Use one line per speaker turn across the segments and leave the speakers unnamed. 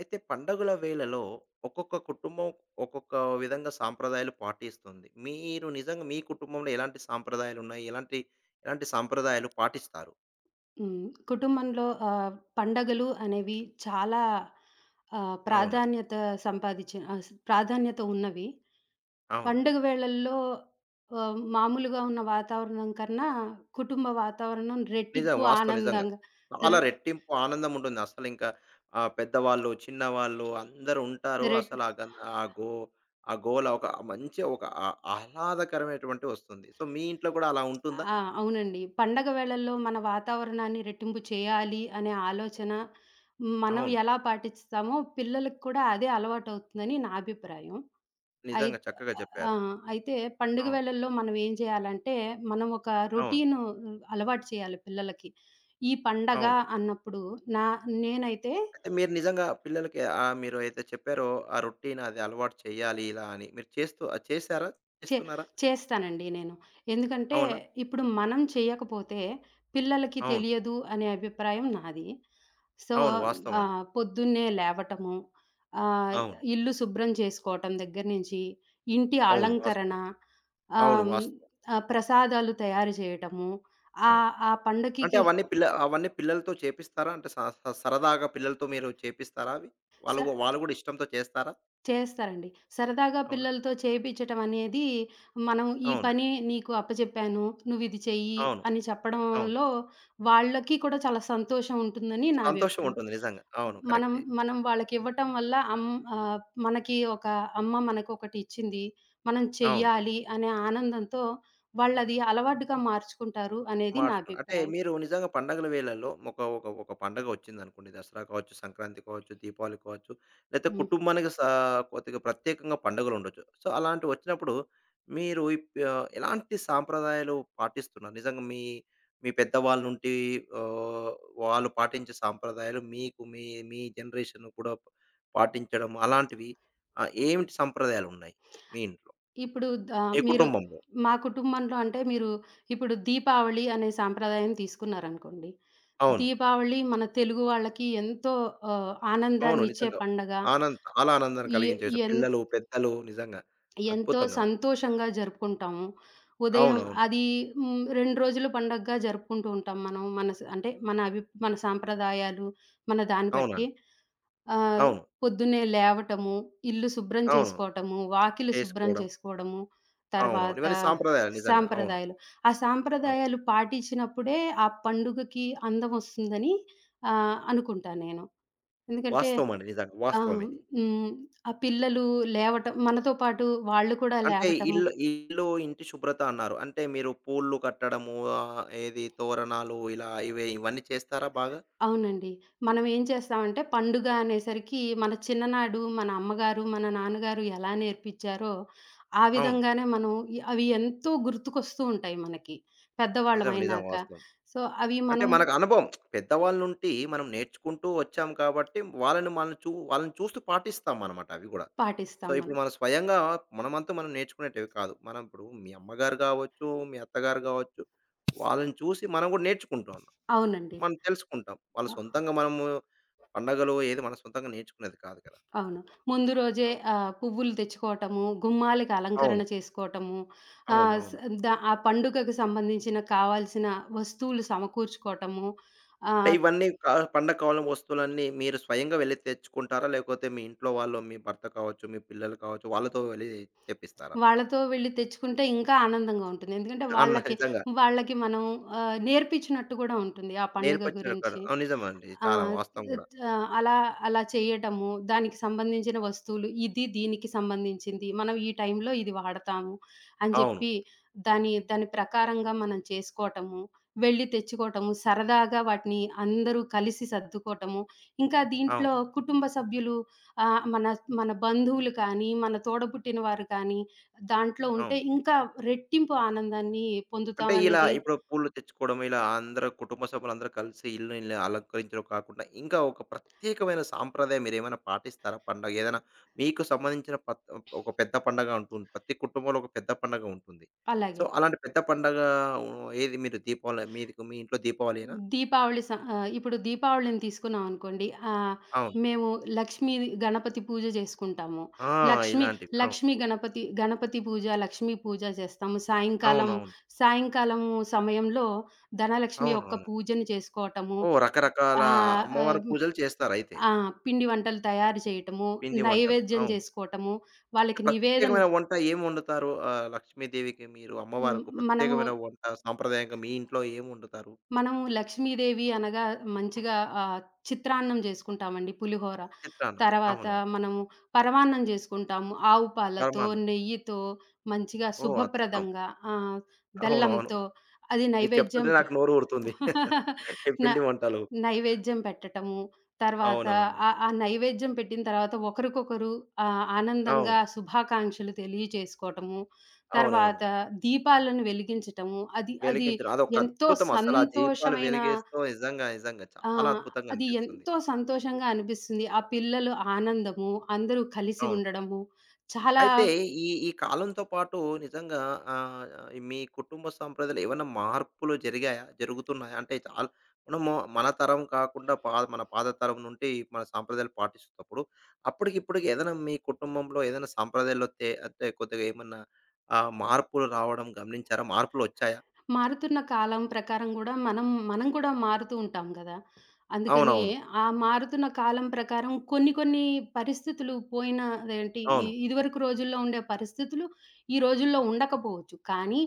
అయితే పండగల వేళలో ఒక్కొక్క కుటుంబం ఒక్కొక్క విధంగా సాంప్రదాయాలు పాటిస్తుంది. మీరు నిజంగా మీ కుటుంబంలో ఎలాంటి సాంప్రదాయాలు ఉన్నాయి? ఎలాంటి ఎలాంటి సాంప్రదాయాలు పాటిస్తారు?
హ్మ్. కుటుంబంలో పండగలు అనేవి చాలా
అవునండి.
ప్రాధాన్యత సంపాదించిన ఆహ్, స్ ప్రాధాన్యత ఉన్నవి. పండుగ
అవునండి.
వేళల్లో మామూలుగా ఉన్న వాతావరణం కన్నా కుటుంబ వాతావరణం
నిజం.
రెట్టింపు
వాస్తవం నిజంగా.
ఆనందంగా.
చాలా
రె
రెట్టింపు ఆనందం ఉంటుంది. అసలింక పెద్దవాళ్ళు, చిన్నవాళ్ళు అందరూ ఉంటారు.
రెట్
అసలు ఆ గోల ఒక మంచి ఒక ఆహ్లాదకరమైనటువంటిది వస్తుంది. సో, మీ ఇంట్లో కూడా అలా ఉంటుందా?
ఆ! అవునండి. పండగ వేళల్లో మన వాతావరణాన్ని రెట్టింపు చేయాలి అనే ఆలోచన, మనం
అవును.
ఎలా పాటిస్తామో పిల్లలకి కూడా అదే అలవాటవుతుందని నా అభిప్రాయం.
నిజంగా
అయిత్
చక్కగా
ఆ!
చెప్పారు.
అయితే పండుగ
అవును.
వేళల్లో మనం ఏం చేయాలంటే, మనం ఒక
అవును.
రొటీను అలవాటు చేయాలి పిల్లలకి. ఈ పండగ
అవును.
అన్నప్పుడు నా నేనైతే
అంటే మీరు నిజంగా పిల్లలకి మీరు అయితే చెప్పారో ఆ రొటీన్ అది అలవాటు చేయాలి ఇలా అని. మీరు చేస్తూ చేసారా?
చే
చేస్తున్నారా?
చేస్తానండి నేను. ఎందుకంటే,
అవునా?
ఇప్పుడు మనం చేయకపోతే పిల్లలకి
అవును.
తెలియదు అనే అభిప్రాయం నాది. సో,
అవును. వాస్తవం అండి.
పొద్దున్నే లేవటము, ఆహ్,
అవును.
ఇల్లు శుభ్రం చేసుకోవటం దగ్గర నుంచి, ఇంటి
అవును.
అలంకరణ,
వాస్తవం.
ఆహ్,
అవును.
హ్మ్,
వాస్తవం.
ప్రసాదాలు తయారు చేయటము,
ఆ!
ఆ ఆ
అంటే
పండగకి
అవన్నీ పిల్లలతో చేపిస్తారా? అంటే స స సరదాగా పిల్లలతో మీరు చేపిస్తారా అవి?
స
వాళ్ళు గూడా ఇష్టంతో చేస్తారా?
చేస్తారండి. సరదాగా
అవునా?
పిల్లలతో చేపిచ్చటం అనేది, మనం ఈ
అవును.
పని నీకు అప్పచెప్పాను. నువ్విది చెయ్యి
అవును.
అని
అవును.
చెప్పడంలో వాళ్ళకి కూడా చాలా సంతోషం ఉంటుందని నా
సంతోషం
అభిప్రాయం.
ఉంటుంది నిజంగా. అవును.
మనం
కరెక్టే.
మనం వాళ్ళకివ్వటం వల్ల ఆహ్, మనకి ఒక అమ్మ మనకొకటిచ్చింది. మనం
అవును.
చెయ్యాలి అనే ఆనందంతో వాళ్ళది అలవాటుగా మార్చుకుంటారు అనేది నా
మార్చుకున్నా. అంటే
అభిప్రాయం.
మీరు నిజంగా పండగల వేళల్లో ఒక ఒక ఒక పండగ వచ్చిందనుకోండి. దసరా కావచ్చు, సంక్రాంతి కావచ్చు, దీపావళి కావచ్చు, లేతే
హ్మ్.
కుటుంబానికి సా కొద్దిగా ప్రత్యేకంగా పండుగలుండొచ్చు. సో, అలాంటివి వచ్చినప్పుడు మీరు ఎలాంటి సాంప్రదాయాలు పాటిస్తున్నారు? నిజంగా మీ మీ పెద్దవాళ్ళ నుండి ఆహ్, వాళ్ళు పాటించే సాంప్రదాయాలు మీకు మీ మీ జనరేషన్ కూడా పాటించడం అలాంటివి ఏమిటి సంప్రదాయాలున్నాయి మీ ఇంట్లో?
ఇప్పుడు ఆహ్,
మీ
మీరు
కుటుంబంలో?
మా కుటుంబంలో అంటే మీరు ఇప్పుడు దీపావళి అనే సాంప్రదాయం తీసుకున్నారనుకోండి.
అవును.
దీపావళి మన తెలుగు వాళ్ళకి ఎంతో
అవును.
ఆనందాన్నిచ్చే
నిజంగా.
పండగ.
ఆనంద్ చాలా ఆనందాన్ని
ఎ
కలిగించే విషయం.
ఎన్
పిల్లలు, పెద్దలు నిజంగా
ఎంతో
అద్భుతంగా.
సంతోషంగా జరుపుకుంటాము. ఉదయం
అవునవును.
అది 2 రోజులు పండగగా జరుపుకుంటూ ఉంటాం మనం. మన స అంటే మన అవి మన సాంప్రదాయాలు, మన దాన్ని బట్టి.
అవునండి.
ఆహ్,
అవును.
పొద్దున్నే లేవటము, ఇల్లు శుభ్రం
అవును.
చేసుకోవటము, వాకిలి శుభ్రం
చేసుకోవడం.
చేసుకోవడము,
అవునవును.
తర్వాత
ఇవన్నీ సాంప్రదాయాలు నిజంగా. అవును.
సాంప్రదాయాలు. ఆ
అవును.
సాంప్రదాయాలు పాటించినప్పుడే ఆ పండుగకి అందం వస్తుందని అనుకుంటా నేను. ఎందుకంటే
వాస్తవం అండి. నిజంగా. వాస్తవం
ఆహ్,
ఇది.
హ్మ్. ఆ పిల్లలు లేవటం, మనతో పాటు వాళ్ళు కూడా
అంటే
లేవటము.
ఇల్లు ఇల్లు, ఇంటి శుభ్రత అన్నారు. అంటే మీరు పూలు కట్టడము, ఏది తోరణాలు ఇలా ఇవన్నీ చేస్తారా బాగా?
అవునండి. మనం ఏం చేస్తామంటే, పండుగ అనేసరికి మన చిన్ననాడు మన అమ్మగారు, మన నాన్నగారు ఎలా నేర్పిచ్చారో ఆ
అవును.
విధంగానే మనం, అవి ఎంతో గుర్తుకొస్తూ ఉంటాయి మనకి,
నిజం. నిజం.
పెద్దవాళ్ళమయినాక.
వాస్తవం.
సో, అవి
అంటే
మనం
మనకు అనుభవం. పెద్దవాళ్ళ నుండి మనం నేర్చుకుంటూ వచ్చాం కాబట్టి వాళ్ళని మనల్ని చూ వాళ్ళని చూస్తూ పాటిస్తామనమాట అవి గూడా. సో,
పాటిస్తాం మనం.
ఇప్పుడు మన స్వయంగా మనమంతు మనం నేర్చుకునేటివి కాదు. మనం ఇప్పుడు మీ అమ్మగారు గావచ్చు, మీ అత్తగారు గావచ్చు, వాళ్ళని చూసి మనం గూడా నేర్చుకుంటాం.
అవునండి.
మనం తెలుసుకుంటాం. వాళ్ళ
అ
సొంతంగా మనము పండగలు ఏది మన సొంతంగా నేర్చుకునేది కాదు కదా!
అవును. ముందు రోజే
అవును.
పువ్వులు తెచ్చుకోవటము, గుమ్మాలకి
అవును.
అలంకరణ చేసుకోవటము,
అవును.
ఆహ్, స్
అవును.
ద ఆ పండుగకు సంబంధించిన కావాల్సిన వస్తువులు సమకూర్చుకోవటము.
అంటే
ఆహ్,
ఇవన్నీ కా పండగ కాలం వస్తువులన్నీ మీరు స్వయంగా వెళ్లి తెచ్చుకుంటారా? లేకపోతే మీ ఇంట్లో వాళ్ళు, మీ భర్త కావచ్చు, మీ పిల్లలు కావచ్చు, వాళ్ళతో వెళ్లి తెప్పిస్తారా?
వాళ్ళతో వెళ్లి తెచ్చుకుంటే ఇంకా ఆనందంగా ఉంటుంది. ఎందుకంటే
అన్న నిజంగా
వాళ్ళకి మనం నేర్పించినట్టు గూడా ఉంటుంది ఆ పండుగ
నేర్పించిన కాదు.
గురించి.
అవును. నిజమండి.
ఆ!
చాలా వాస్తవం
త్
గూడా.
ఆహ్, అలా అలా చేయటము, దానికి సంబంధించిన వస్తువులు, ఇది దీనికి సంబంధించింది. మనం ఈ టైంలో ఇది వాడతాము అని
అవును.
జెప్పి, దాని దాని ప్రకారంగా మనం చేసుకోటము, వెళ్లి తెచ్చుకోటము, సరదాగా వాటిని అందరూ కలిసి సర్దుకోటము. ఇంకా
అవును.
దీంట్లో కుటుంబ సభ్యులు, ఆహ్, మన మన బంధువులు కానీ, మన తోడబుట్టిన వారు కానీ, దాంట్లో ఉంటే
అవును.
ఇంకా రెట్టింపు ఆనందాన్ని
అంటే ఇలా
పొందుతామనేది.
ఇప్పుడు పూలు తెచ్చుకోవడం, ఇలా అందరూ కుటుంబ సభ్యులందరూ కలిసి ఇల్లుని ఇలా అలంకరించడం కాకుండా, ఇంకా ఒక ప్రత్యేకమైన సాంప్రదాయం మీరేమైనా పాటిస్తారా పండగ? ఏదైనా మీకు సంబంధించిన పత్ ఒక పెద్ద పండగ ఉంటుంది. ప్రతి కుటుంబంలో ఒక పెద్ద పండగ ఉంటుంది. సో,
అలాగే.
అలాంటి పెద్ద పండగ, హ్మ్, ఏది మీరు దీపావళి మీదికు మీ ఇంట్లో దీపావళేనా?
ఇప్పుడు దీపావళిని తీసుకున్నాం అనుకోండి.
అవును.
మేము లక్ష్మీ గణపతి పూజ చేసుకుంటాము.
ఆ!
లక్ష్మి,
ఇలాంటివి. అవును.
లక్ష్మి గణపతి, గణపతి పూజ, లక్ష్మీ పూజ చేస్తాము.
అవునవును.
సాయంకాలం సమయంలో ధనలక్ష్మి యొక్క
అవునవును.
పూజను చేసుకోవటము.
ఓహ్! రకరకాల
ఆహ్,
అమ్మవారి
ఆహ్,
పూజలు చేస్తారయితే.
ఆ! పిండి వంటలు తయారు చేయటము,
పిండి వంటలు.
నైవేద్యం
అవును.
చేసుకోవటము, వాళ్ళకి నివేదన.
ప్రత్యేకమైన వంట ఏం వండుతారు? లక్ష్మీదేవికి మీరు
హ్మ్.
అమ్మవారుకు
మనము
ప్రత్యేకమైన వంట సాంప్రదాయంగా మీ ఇంట్లో ఏం వండుతారు?
మనం లక్ష్మీదేవి అనగా మంచిగా, చిత్రాన్నం చేసుకుంటామండి, పులిహోర.
చిత్రాన్నం.
తర్వాత
అవును.
మనము పరమాన్నం చేసుకుంటాము. ఆవు పాలతో,
పరమాన్నం.
నెయ్యితో మంచిగా
ఓహ్! అద్భుతం.
శుభప్రదంగా, ఆహ్,
అవునవును.
బెల్లంతో. అది
మీరు
నైవేద్యం.
చెప్తుంటే నాకు నోరు ఊరుతుంది. ఈ
న
పిండి వంటలు.
నైవేద్యం పెట్టటము. తర్వాత
అవునవును.
ఆ నైవేద్యం పెట్టిన తర్వాత ఒకరికొకరు
అవును.
ఆనందంగా శుభాకాంక్షలు తెలియచేసుకోవటము.
అవునవును.
తర్వాత దీపాలను వెలిగించటము. అది అది
వెలిగించడం అదొక
ఎంతో
అద్భుతం. అసలు ఆ దీపాలు
సంతోషమైన
వెలిగిస్తూ నిజంగా, నిజంగా చాలా
ఆహ్,
అద్భుతంగా
అది
అనిపిస్తుంది.
ఎంతో సంతోషంగా అనిపిస్తుంది. ఆ పిల్లలు ఆనందము, అందరూ కలిసి
అవును.
ఉండడము చాలా.
అయితే ఈ ఈ కాలంతో పాటు నిజంగా, ఆహ్, మీ కుటుంబ సంప్రదాయాలు ఏవన్నా మార్పులు జరిగాయా? జరుగుతున్నాయా? అంటే చాలా మనము మన పాత తరం నుండి మన సాంప్రదాయాలు పాటిస్తున్నప్పుడు అప్పటికి ఇప్పటికి ఏదైనా మీ కుటుంబంలో ఏదైనా సాంప్రదాయాల్లో తే అంటే కొద్దిగా ఏమన్నా మార్పులు రావడం గమనించారా? మార్పులొచ్చాయా?
మారుతున్న కాలం ప్రకారం గూడా మనం కూడా మారుతూ ఉంటాం గదా! అందుకని
అవునవును. అవును.
ఆ మారుతున్న కాలం ప్రకారం కొన్ని కొన్ని పరిస్థితులు పోయిన, అదేంటి ఇ
అవును,
ఇదివరకు రోజుల్లో ఉండే పరిస్థితులు ఈ రోజుల్లో ఉండకపోవచ్చు. కానీ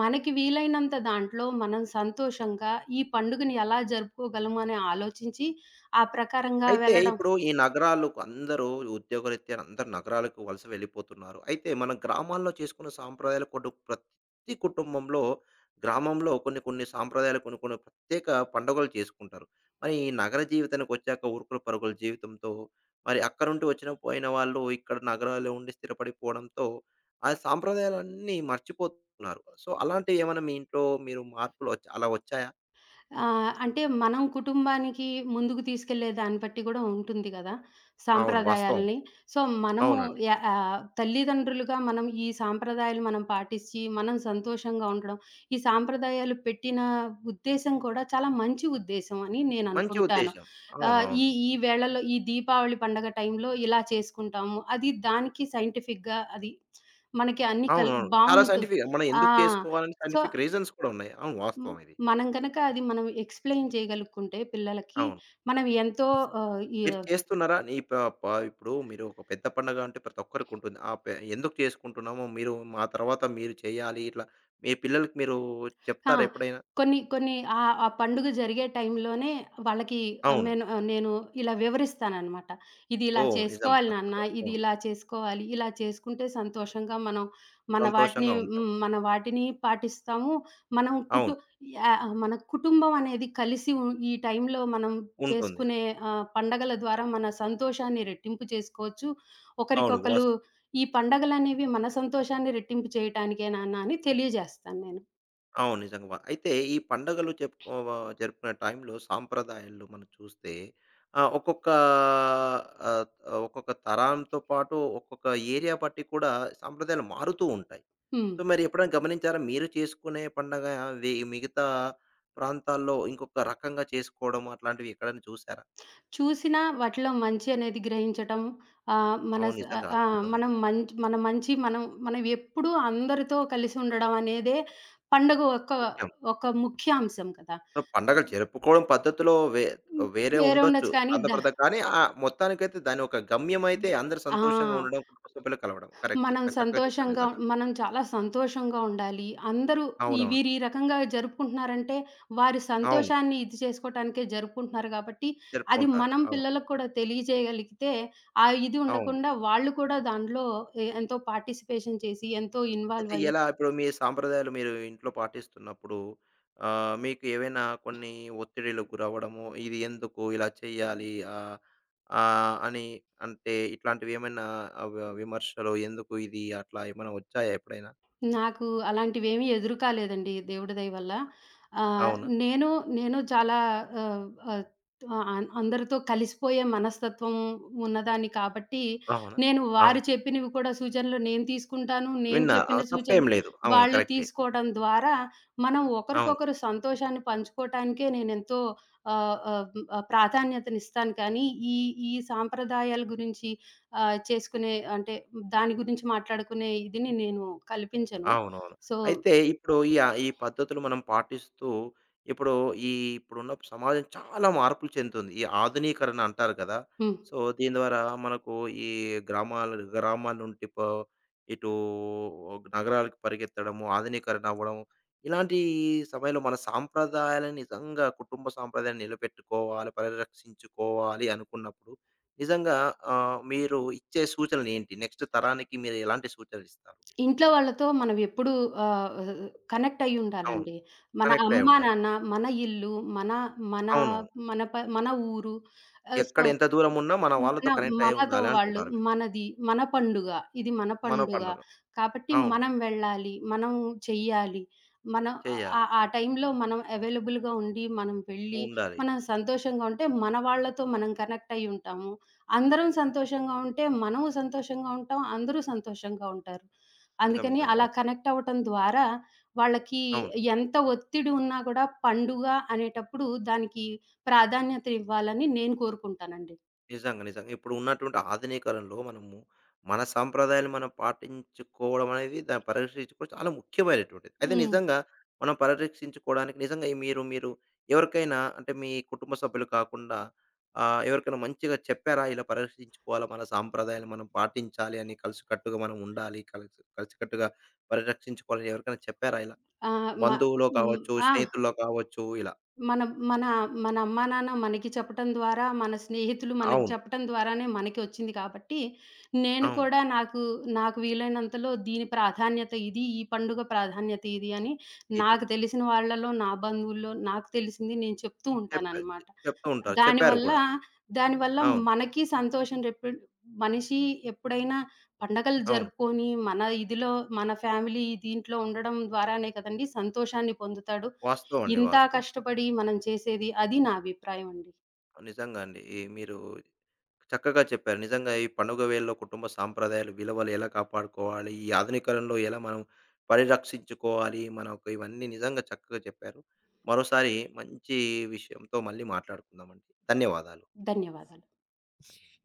మనకి వీలైనంత దాంట్లో మనం సంతోషంగా ఈ పండుగని ఎలా జరుపుకోగలము అని ఆలోచించి, ఆ ప్రకారంగా
అయితే
వెళ్ళడం.
ఇప్పుడు ఈ నగరాలకు అందరూ ఉద్యోగరీత్యా అందరూ నగరాలకు వలస వెళ్ళిపోతున్నారు. అయితే మన గ్రామాల్లో చేసుకున్న సాంప్రదాయాలు కొడు ప్రతి కుటుంబంలో గ్రామంలో కొన్ని కొన్ని సాంప్రదాయాలు కొన్ని కొన్ని ప్రత్యేక పండుగలు చేసుకుంటారు. మరి ఈ నగర జీవితానికి వచ్చాక ఊరుకుల పరుగుల జీవితంతో మరి అక్కడ నుండి వచ్చిన పోయిన వాళ్ళు ఇక్కడ నగరాల్లో ఉండి స్థిరపడిపోవడంతో ఆ సాంప్రదాయాలన్నీ మర్చిపోతున్నారు. సో, అలాంటివి ఏమైనా మీ ఇంట్లో మీరు మార్పులు వచ్చా అలా వచ్చాయా?
అంటే మనం కుటుంబానికి ముందుకు తీసుకెళ్ళే దాన్ని బట్టి గూడా ఉంటుంది గదా!
అవును. వాస్తవం
సాంప్రదాయాల్ని.
అది.
సో, మనము
అవునండి.
తల్లిదండ్రులుగా మనం ఈ సాంప్రదాయాలు మనం పాటిచ్చి, మనం సంతోషంగా ఉండడం, ఈ సాంప్రదాయాలు పెట్టిన ఉద్దేశ్యం కూడా చాలా మంచి ఉద్దేశ్యం అని
మంచి
నేననుకుంటాను.
ఉద్దేశ్యం. అవునవును.
ఈ ఈ వేళలో ఈ దీపావళి పండగ టైంలో ఇలా చేసుకుంటాము. అది దానికి సైంటిఫిక్‌గా అది మనకి అన్ని
అవునవును. చాలా
బావుంటు.
సైంటిఫిక్‌గా మనం
ఆ!
ఎందుకు చేసుకోవాలని
సో
సైంటిఫిక్ రీజన్స్ కూడా ఉన్నాయి. అవును.
హ్మ్.
వాస్తవం ఇది.
మనం గనక అది మనం ఎక్స్‌ప్లెయిన్ చేయగలుక్కుంటే పిల్లలకి,
అవును.
మనం ఎంతో నిజం. ఆహ్, ఈ
మీరు
ఆ,
చేస్తున్నారా? నీ ప ప ఇప్పుడు మీరు ఒక పెద్ద పండగ అంటే ప్రతి ఒక్కరికి ఉంటుంది. ఆ పె ఎందుకు చేసుకుంటున్నామో మీరు మా తర్వాత మీరు చేయాలి ఇట్లా మీ పిల్లలకి మీరు
ఆ!
చెప్తారా ఎప్పుడైనా?
కొన్ని కొన్ని ఆ పండుగ జరిగే టైంలోనే వాళ్ళకి
అవును.
నేను ఇలా వివరిస్తాననమాట. ఇది ఇలా
ఓహ్! నిజం.
చేసుకోవాలి నాన్న,
అద్భుతం.
ఇది
అవును.
ఇలా చేసుకోవాలి, ఇలా చేసుకుంటే సంతోషంగా మనం మన వాటిని.
సంతోషంగా ఉంటాం.
హ్మ్. మన వాటిని పాటిస్తాము. మనం కుటు
అవును.
యాహ్! మన కుటుంబం అనేది కలిసి ఈ టైంలో మనం
ఉంటుంది.
చేసుకునే పండగల ద్వారా మన సంతోషాన్ని రెట్టింపు చేసుకోవచ్చు.
అవును.
ఒకరికొకలు
వాస్తవం.
ఈ పండగలనేవి మన సంతోషాన్ని రెట్టింపు చేయటానికే నాన్న అని తెలియజేస్తాను నేను.
అవును. నిజంగా వ అయితే ఈ పండుగలు చెప్పుకో జరుపుకునే టైంలో సాంప్రదాయాలు మనం చూస్తే ఒక్కొక్క ఆహ్, ఒక్కొక్క తరంతో పాటు ఒక్కొక్క ఏరియా బట్టి కూడా సాంప్రదాయాలు మారుతూ ఉంటాయి.
హ్మ్.
సో, మరి ఎప్పుడైనా గమనించారా? మీరు చేసుకునే పండగ మిగతా ప్రాంతాల్లో ఇంకొక రకంగా చేసుకోవడం అట్లాంటివి ఎక్కడైనా చూసారా?
చూసినా వాటిలో మంచి అనేది గ్రహించటం. ఆహ్, మన
అవును.
స ఆహ్,
నిజంగా
ఆహ్,
అద్భుతం
మనం
ఇది.
మంచ్ మన మంచి మనం మనం ఎప్పుడూ అందరితో కలిసి ఉండడం అనేదే పండుగ. ఒక
ముఖ్యం.
ఒక ముఖ్య అంశం కదా!
పండగలు జరుపుకోవడం పద్ధతిలో
ఉమ్,
వేరే
వేరే
ఉండొచ్చు.
ఉండొచ్చు కానీ ద
కానీ మొత్తానికైతే దాని ఒక గమ్యం అయితే అందరూ
ఆ!
సంతోషంగా ఉండడం, కుటుంబ సభ్యులు కలవడం. కరెక్ట్.
మనం
చక్కగా చెప్పారు
సంతోషంగా
నిజంగా.
మనం చాలా సంతోషంగా ఉండాలి. అందరూ ఈ
అవునవును.
వీరు ఈ రకంగా జరుపుకుంటున్నారంటే, వారి
అవును.
సంతోషాన్ని ఇది చేసుకోటానికే జరుపుకుంటున్నారు కాబట్టి, అది
జరుపుకుంటారు.
మనం
అవును.
పిల్లలకు కూడా తెలియజేయగలిగితే, ఆ ఇది
అవును.
ఉండకుండా వాళ్ళు కూడా దాంట్లో ఎంతో పార్టిసిపేషన్ చేసి, ఎంతో
అయితే
ఇన్వాల్వ్ అయ్యి.
ఎలా ఇప్పుడు మీ సాంప్రదాయాలు మీరు ఇంట్లో పాటిస్తున్నప్పుడు మీకు ఏవైనా కొన్ని ఒత్తిడిలకు గురవ్వడము, ఇది ఎందుకు ఇలా చేయాలి ఆహ్, ఆహ్, అని అంటే ఇట్లాంటివి ఏమైనా ఆహ్, వి విమర్శలు ఎందుకు ఇది అట్లా ఏమైనా వచ్చాయా ఎప్పుడైనా?
నాకు అలాంటివేమీ ఎదురు కాలేదండి, దేవుడి దయ వల్ల. ఆహ్,
అవునా?
నేను, నేను చాలా ఆహ్, ఆహ్, ఆహ్, అందరితో కలిసిపోయే మనస్తత్వం ఉన్నదాన్ని కాబట్టి,
అవునా?
నేను వారు
అవును.
చెప్పినవి కూడా సూచనలు నేను తీసుకుంటాను. నేను
విన్నారు. ఆ!
చెప్పిన
తప్పేం
సూచనలు
లేదు. అవును.
వాళ్ళు
కరెక్టే.
తీసుకోవడం ద్వారా, మనం
ఆ!
ఒకరికొకరు సంతోషాన్ని పంచుకోవటానికే నేనెంతో ఆహ్, ఆహ్, ఆహ్, ప్రాధాన్యతనిస్తాను కానీ, ఈ సాంప్రదాయాల గురించి చేసుకునే అంటే దాని గురించి మాట్లాడుకునే ఇదిని నేను కల్పించను.
అవునవును.
సో
అయితే ఇప్పుడు ఈ పద్ధతులు మనం పాటిస్తూ ఇప్పుడు ఈ ఇప్పుడున్న సమాజం చాలా మార్పులు చెందుతుంది. ఈ ఆధునీకరణ అంటారు కదా!
హ్మ్.
సో, దీని ద్వారా మనకు ఈ గ్రామాల గ్రామాల నుండి ప ఇటు నగరాలకు పరిగెత్తడము, ఆధునీకరణ అవ్వడం ఇలాంటి సమయంలో మన సాంప్రదాయాలను నిజంగా కుటుంబ సాంప్రదాయాన్ని నిలబెట్టుకోవాలి, పరిరక్షించుకోవాలి అనుకున్నప్పుడు నిజంగా మీరు ఇచ్చే సూచనలు ఏంటి? నెక్స్ట్ తరానికి మీరు ఎలాంటి సూచనలు ఇస్తారు?
ఇంట్లో వాళ్ళతో మనం ఎప్పుడూ ఆహ్, కనెక్ట్
అవును.
అయ్యుండాలండి. మన
కనెక్ట్ అయి
అమ్మ,
ఉండాలి.
నాన్న, మన ఇల్లు, మన మన
అవును.
మన మన ఊరు.
ఎక్కడ
సో
ఎంత దూరం ఉన్నా మన
మన
వాళ్ళతో కనెక్ట్ అయ్యి
మనతో
ఉండాలి
వాళ్ళు,
అంటున్నారు మీరు.
మనది, మన పండుగ. ఇది మన
మన
పండుగ.
పండుగ.
కాబట్టి
అవును.
మనం వెళ్ళాలి. మనం చెయ్యాలి. మన ఆ
చేయాలి.
ఆ టైంలో మనం అవైలబుల్‌గా ఉండి, మనం వెళ్ళి,
ఉండాలి.
మనం సంతోషంగా ఉంటే మన వాళ్ళతో మనం కనెక్ట్ అయ్యి ఉంటాము. అందరం సంతోషంగా ఉంటే మనము సంతోషంగా ఉంటాం. అందరూ సంతోషంగా ఉంటారు.
నిజం.
అందుకని
నిజం.
అలా
వాస్తవం.
కనెక్ట్ అవ్వటం ద్వారా వాళ్ళకి
అవును.
ఎంత ఒత్తిడి ఉన్నా కూడా పండుగ అనేటప్పుడు దానికి ప్రాధాన్యత ఇవ్వాలని నేను కోరుకుంటానండి.
నిజంగా. నిజంగా. ఇప్పుడు ఉన్నటువంటి ఆధునిక కాలంలో మనము మన సాంప్రదాయాలు మనం పాటించుకోవడం అనేది, దాన్ని పరిరక్షించుకోవడం చాలా ముఖ్యమైనటువంటిది. అయితే
హ్మ్.
నిజంగా మనం పరిరక్షించుకోవడానికి నిజంగా ఈ మీరు మీరు ఎవరికైనా, అంటే మీ కుటుంబ సభ్యులు కాకుండా ఎవరికైనా మంచిగా చెప్పారా? ఇలా పరిరక్షించుకోవాలా, మన సాంప్రదాయాలు మనం పాటించాలి అని కలిసికట్టుగా మనం ఉండాలి. కలిసికట్టుగా పరిరక్షించుకోవాలని ఎవరికైనా చెప్పారా ఇలా?
ఆ! మ
బంధువులో
హ్మ్.
కావచ్చు,
ఆ!
స్నేహితుల్లో కావచ్చు ఇలా.
మన మన మన అమ్మా, నాన్న మనకి చెప్పటం ద్వారా, మన స్నేహితులు మనకి
అవును.
చెప్పటం ద్వారానే మనకొచ్చింది కాబట్టి, నేను
అవును.
కూడా నాకు, నాకు వీలైనంతలో దీని ప్రాధాన్యత ఇది, ఈ పండుగ ప్రాధాన్యత ఇది అని
ఇది.
నాకు తెలిసిన వాళ్ళలో, నా బంధువుల్లో నాకు తెలిసింది నేను చెప్తూ
చెప్పారు.
ఉంటాననమాట.
చెప్తూ ఉంటారు. చెప్పారు
దానివల్ల,
కూడా.
దానివల్ల
అవును.
మనకి సంతోషం రెప్పు మనిషి ఎప్పుడైనా పండగలు
అవును.
జరుపుకొని, మన ఇదిలో మన ఫ్యామిలీ దీంట్లో ఉండడం ద్వారానే కదండీ సంతోషాన్ని పొందుతాడు.
వాస్తవం అండి.
ఇంత
వాస్తవం.
కష్టపడి మనం చేసేది అది నా అభిప్రాయం అండి.
నిజంగా అండి. ఈ మీరు చక్కగా చెప్పారు. నిజంగా ఈ పండుగ వేళల్లో కుటుంబ సాంప్రదాయాలు, విలువలు ఎలా కాపాడుకోవాలి? ఈ ఆధునికరణలో ఎలా మనం పరిరక్షించుకోవాలి? మనకు ఇవన్నీ నిజంగా చక్కగా చెప్పారు. మరోసారి మంచి విషయంతో మళ్ళీ మాట్లాడుకుందామండి. ధన్యవాదాలు.
ధన్యవాదాలు.